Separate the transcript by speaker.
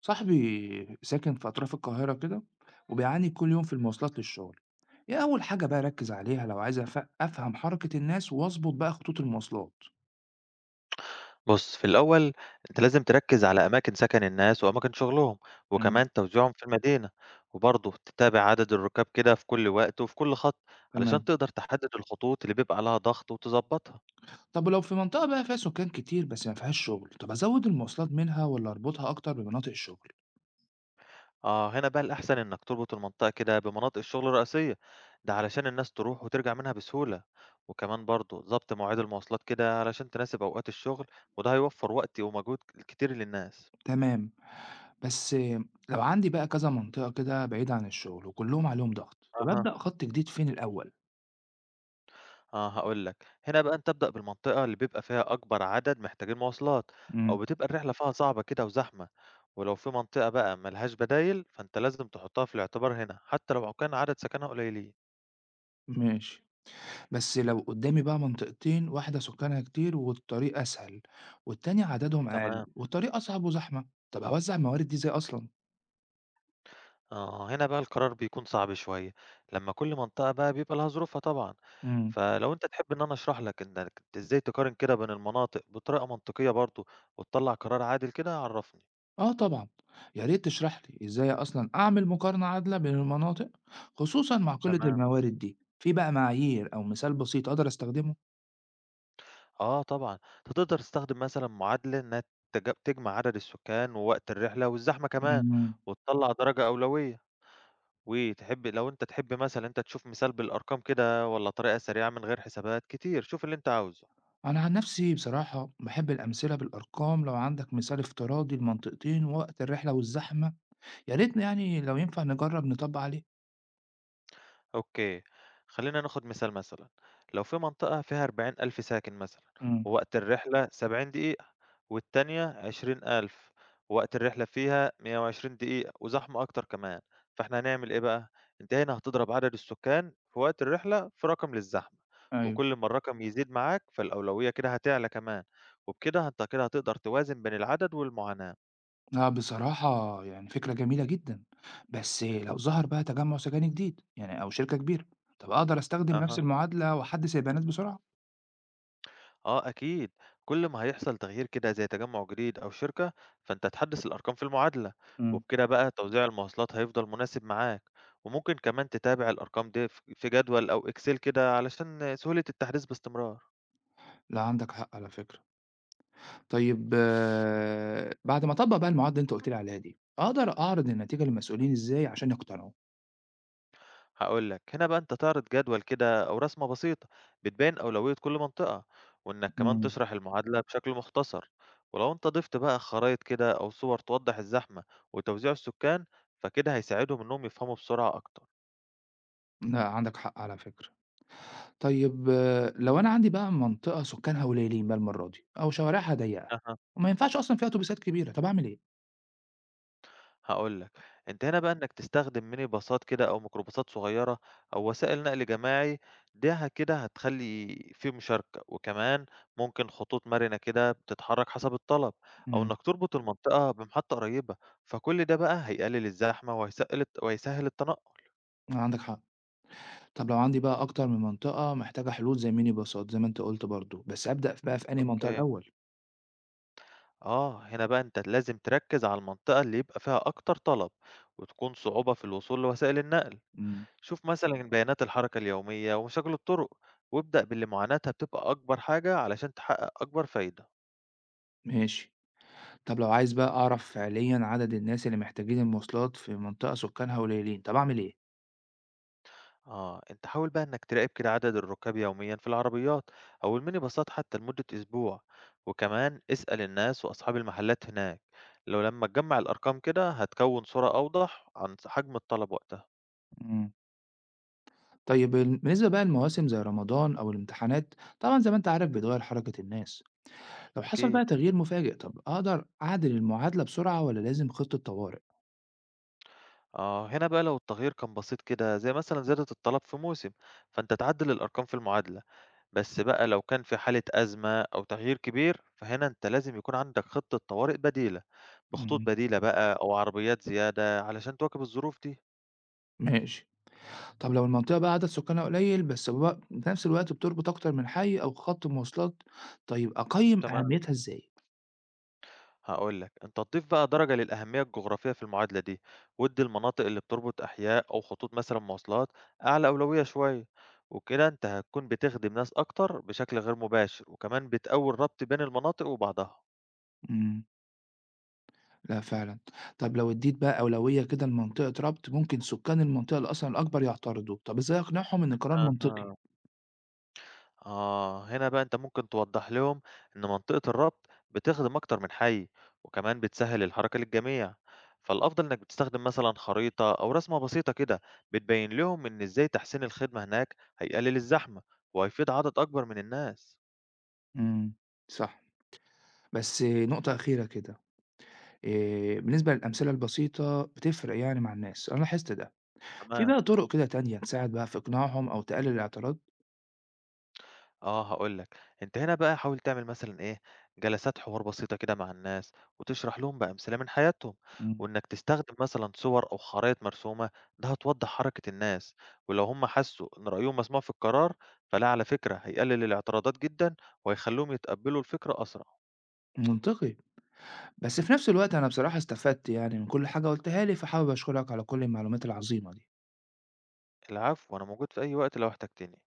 Speaker 1: صاحبي ساكن في أطراف القاهرة كده، وبيعاني كل يوم في المواصلات للشغل. إيه أول حاجة بقى أركز عليها لو عايز أفهم حركة الناس وأظبط بقى خطوط المواصلات؟
Speaker 2: بُص، في الأول أنت لازم تركّز على أماكن سكن الناس وأماكن شغلهم،
Speaker 1: امم.
Speaker 2: وكمان توزيعهم في المدينة، وبرضه تتابع عدد الركاب كده في كل وقت وفي كل خط، علشان
Speaker 1: تمام.
Speaker 2: تقدر تحدد الخطوط اللي بيبقى عليها ضغط وتضبطها.
Speaker 1: طب لو في منطقة بقى فيها سكان كتير بس ما فيهاش شغل، طب أزود المواصلات منها ولا أربطها أكتر بمناطق الشغل؟
Speaker 2: آه، هنا بقى الأحسن إنك تربط المنطقة كده بمناطق الشغل الرئيسية، ده علشان الناس تروح وترجع منها بسهولة، وكمان برضه ضبط مواعيد المواصلات كده علشان تناسب أوقات الشغل، وده هيوفر وقت ومجهود كتير للناس.
Speaker 1: تمام. بس لو عندي بقى كذا منطقة كده بعيدة عن الشغل وكلهم عليهم ضغط، طب
Speaker 2: أها.
Speaker 1: أبدأ خط جديد فين الأول؟
Speaker 2: آه هاقول لك، هنا بقى أنت ابدأ بالمنطقة اللي بيبقى فيها أكبر عدد محتاجين مواصلات، أو
Speaker 1: امم.
Speaker 2: بتبقى الرحلة فيها صعبة كده وزحمة، ولو في منطقة بقى ما لهاش بدايل فأنت لازم تحطها في الاعتبار هنا، حتى لو كان عدد سكانها قليلين.
Speaker 1: ماشي. بس لو قدامي بقى منطقتين، واحدة سكانها كتير والطريق أسهل، والتانية عددهم أقل
Speaker 2: تمام،
Speaker 1: والطريق أصعب وزحمة، طب هوزع الموارد دي إزاي أصلا؟
Speaker 2: آه هنا بقى القرار بيكون صعب شوية، لما كل منطقة بقى بيبقى لها ظروفها طبعًا،
Speaker 1: مم.
Speaker 2: فلو أنت تحب إن أنا أشرح لك إنك إزاي تقارن كده بين المناطق بطريقة منطقية برضه، وتطلّع قرار عادل كده عرّفني.
Speaker 1: آه طبعا، يا ريت تشرح لي إزاي أصلا أعمل مقارنة عادلة بين المناطق، خصوصا مع قلة
Speaker 2: تمام.
Speaker 1: الموارد دي. في بقى معايير أو مثال بسيط أقدر أستخدمه؟
Speaker 2: آه طبعًا، أنت تقدر تستخدم مثلًا معادلة إنها تجمع عدد السكان ووقت الرحلة والزحمة كمان،
Speaker 1: مم.
Speaker 2: وتطلّع درجة أولوية، وتحب لو أنت تحب مثلًا أنت تشوف مثال بالأرقام كده والّا طريقة سريعة من غير حسابات كتير، شوف اللي أنت عاوزه.
Speaker 1: أنا عن نفسي بصراحة بحب الأمثلة بالأرقام. لو عندك مثال افتراضي لمنطقتين، وقت الرحلة والزحمة، يا ريتنا يعني لو ينفع نجرب نطبق عليه.
Speaker 2: أوكي، خلينا ناخد مثال مثلا. لو في منطقة فيها 40,000 ساكن مثلا
Speaker 1: مم.
Speaker 2: ووقت الرحلة 70 دقيقة، والتانية 20,000 ووقت الرحلة فيها 120 دقيقة وزحمة أكتر كمان، فإحنا هنعمل إيه بقى؟ أنت هنا هتضرب عدد السكان في وقت الرحلة في رقم للزحمة،
Speaker 1: أيوه.
Speaker 2: وكل ما الرقم يزيد معاك فالأولوية كده هتعلى كمان، وبكده أنت كده هتقدر توازن بين العدد والمعاناة.
Speaker 1: لأ بصراحة يعني فكرة جميلة جدًا، بس لو ظهر بقى تجمُّع سكَني جديد يعني أو شركة كبيرة، طَب أقدر أستخدم نفس
Speaker 2: أها،
Speaker 1: المعادلة وأحدِّث البيانات بسرعة؟
Speaker 2: آه أكيد. كل ما هيحصل تغيير كده زي تجمع جديد أو شركة فأنت هتحدث الأرقام في المعادلة،
Speaker 1: إمم.
Speaker 2: وبكده بقى توزيع المواصلات هيفضل مناسب معاك، وممكن كمان تتابع الأرقام دي في جدول أو إكسل كده علشان سهولة التحديث باستمرار.
Speaker 1: لأ عندك حق على فكرة. طيب آه، بعد ما أطبّق بقى المعادلة اللي أنت قُلت لي عليها دي، أقدر أعرض النتيجة للمسؤولين إزاي عشان يقتنعوا؟
Speaker 2: هقولك هنا بقى أنت تعرض جدول كده أو رسمة بسيطة بتبين أولوية كل منطقة، وإنك كمان
Speaker 1: إمم.
Speaker 2: تشرح المعادلة بشكل مختصر، ولو أنت ضفت بقى خرائط كده أو صور توضح الزحمة وتوزيع السكان فكده هيساعدهم إنهم يفهموا بسرعة أكتر.
Speaker 1: لأ عندك حق على فكرة. طيب آه، لو أنا عندي بقى منطقة سكانها قليلين بقى المرّة دي أو شوارعها ضيّقة، وما ينفعش أصلًا فيها أوتوبيسات كبيرة، طَب أعمل إيه؟
Speaker 2: هاقول لك، أنت هنا بقى إنك تستخدم ميني باصات كده أو ميكروباصات صغيرة أو وسائل نقل جماعي، ده كده هتخلّي في مشاركة، وكمان ممكن خطوط مرنة كده بتتحرك حسب الطلب، أو
Speaker 1: إمم.
Speaker 2: إنك تربط المنطقة بمحطة قريبة، فكل ده بقى هيقلل الزحمة وهيسهل التنقل.
Speaker 1: لأ عندك حق. طب لو عندي بقى أكتر من منطقة محتاجة حلول زي ميني باصات زي ما أنت قُلت برضه، بس أبدأ بقى في أنهي منطقة
Speaker 2: أوكي.
Speaker 1: الأول؟
Speaker 2: آه، هنا بقى أنت لازم تركز على المنطقة اللي يبقى فيها أكتر طلب، وتكون صعوبة في الوصول لوسائل النقل.
Speaker 1: إمم.
Speaker 2: شوف مثلًا بيانات الحركة اليومية ومشاكل الطرق، وابدأ باللي معاناتها بتبقى أكبر حاجة علشان تحقق أكبر فايدة.
Speaker 1: ماشي. طب لو عايز بقى أعرف فعليًا عدد الناس اللي محتاجين المواصلات في منطقة سكانها قليلين، طب أعمل إيه؟
Speaker 2: آه، أنت حاول بقى إنك تراقب كده عدد الركاب يوميًا في العربيات أو الميني باصات حتى لمدة أسبوع، وكمان اسأل الناس وأصحاب المحلات هناك، لو لما تجمع الأرقام كده هتكون صورة أوضح عن حجم الطلب وقتها.
Speaker 1: إمم. طيب بالنسبة بقى لمواسم زي رمضان أو الامتحانات، طبعًا زي ما أنت عارف بتغيّر حركة الناس. لو حصل
Speaker 2: أكيد.
Speaker 1: بقى تغيير مفاجئ، طب أقدر أعدل المعادلة بسرعة والّا لازم خطة طوارئ؟
Speaker 2: آه، هنا بقى لو التغيير كان بسيط كده زي مثلًا زيادة الطلب في موسم، فأنت تعدل الأرقام في المعادلة. بس بقى لو كان في حالة أزمة أو تغيير كبير فهنا أنت لازم يكون عندك خطة طوارئ بديلة بخطوط
Speaker 1: إمم.
Speaker 2: بديلة بقى أو عربيات زيادة علشان تواكب الظروف دي.
Speaker 1: ماشي. طب لو المنطقة بقى عدد سكانها قليل، بس بقى في نفس الوقت بتربط أكتر من حي أو خط مواصلات، طيب أقيم
Speaker 2: تمام،
Speaker 1: أهميتها إزاي؟
Speaker 2: هقول لك أنت تضيف بقى درجة للأهمية الجغرافية في المعادلة دي، وادي المناطق اللي بتربط أحياء أو خطوط مثلا مواصلات أعلى أولوية شوية، وكده أنت هتكون بتخدم ناس أكتر بشكل غير مباشر، وكمان بتقوي الربط بين المناطق وبعضها.
Speaker 1: امم. لا فعلا. طب لو اديت بقى أولوية كده لمنطقة ربط، ممكن سكان المنطقة اللي أصلا الأكبر يعترضوا، طب إزاي أقنعهم إن القرار منطقي؟
Speaker 2: أها، آه هنا بقى أنت ممكن توضح لهم إن منطقة الربط بتخدم أكتر من حي وكمان بتسهل الحركة للجميع، فالأفضل إنك بتستخدم مثلا خريطة أو رسمة بسيطة كده بتبين لهم إن إزاي تحسين الخدمة هناك هيقلل الزحمة وهيفيد عدد أكبر من الناس.
Speaker 1: امم. صح. بس نقطة أخيرة كده، إيه بالنسبة للأمثلة البسيطة؟ بتفرق يعني مع الناس، أنا لاحظت ده. في
Speaker 2: تمام.
Speaker 1: بقى طرق كده تانية تساعد بقى في إقناعهم أو تقلل الاعتراض؟
Speaker 2: آه، هاقول لك، أنت هنا بقى حاول تعمل مثلًا إيه، جلسات حوار بسيطة كده مع الناس، وتشرح لهم بأمثلة من حياتهم،
Speaker 1: مم.
Speaker 2: وإنك تستخدم مثلًا صور أو خرائط مرسومة، ده هتوضح حركة الناس، ولو هم حسوا إن رأيهم مسموع في القرار، فده على فكرة هيقلل الاعتراضات جدًا، وهيخليهم يتقبلوا الفكرة أسرع.
Speaker 1: منطقي. بس في نفس الوقت أنا بصراحة استفدت يعني من كل حاجة قُلتها لي، فحابب أشكرك على كل المعلومات العظيمة دي.
Speaker 2: العفو، أنا موجود في أي وقت لو احتجتني.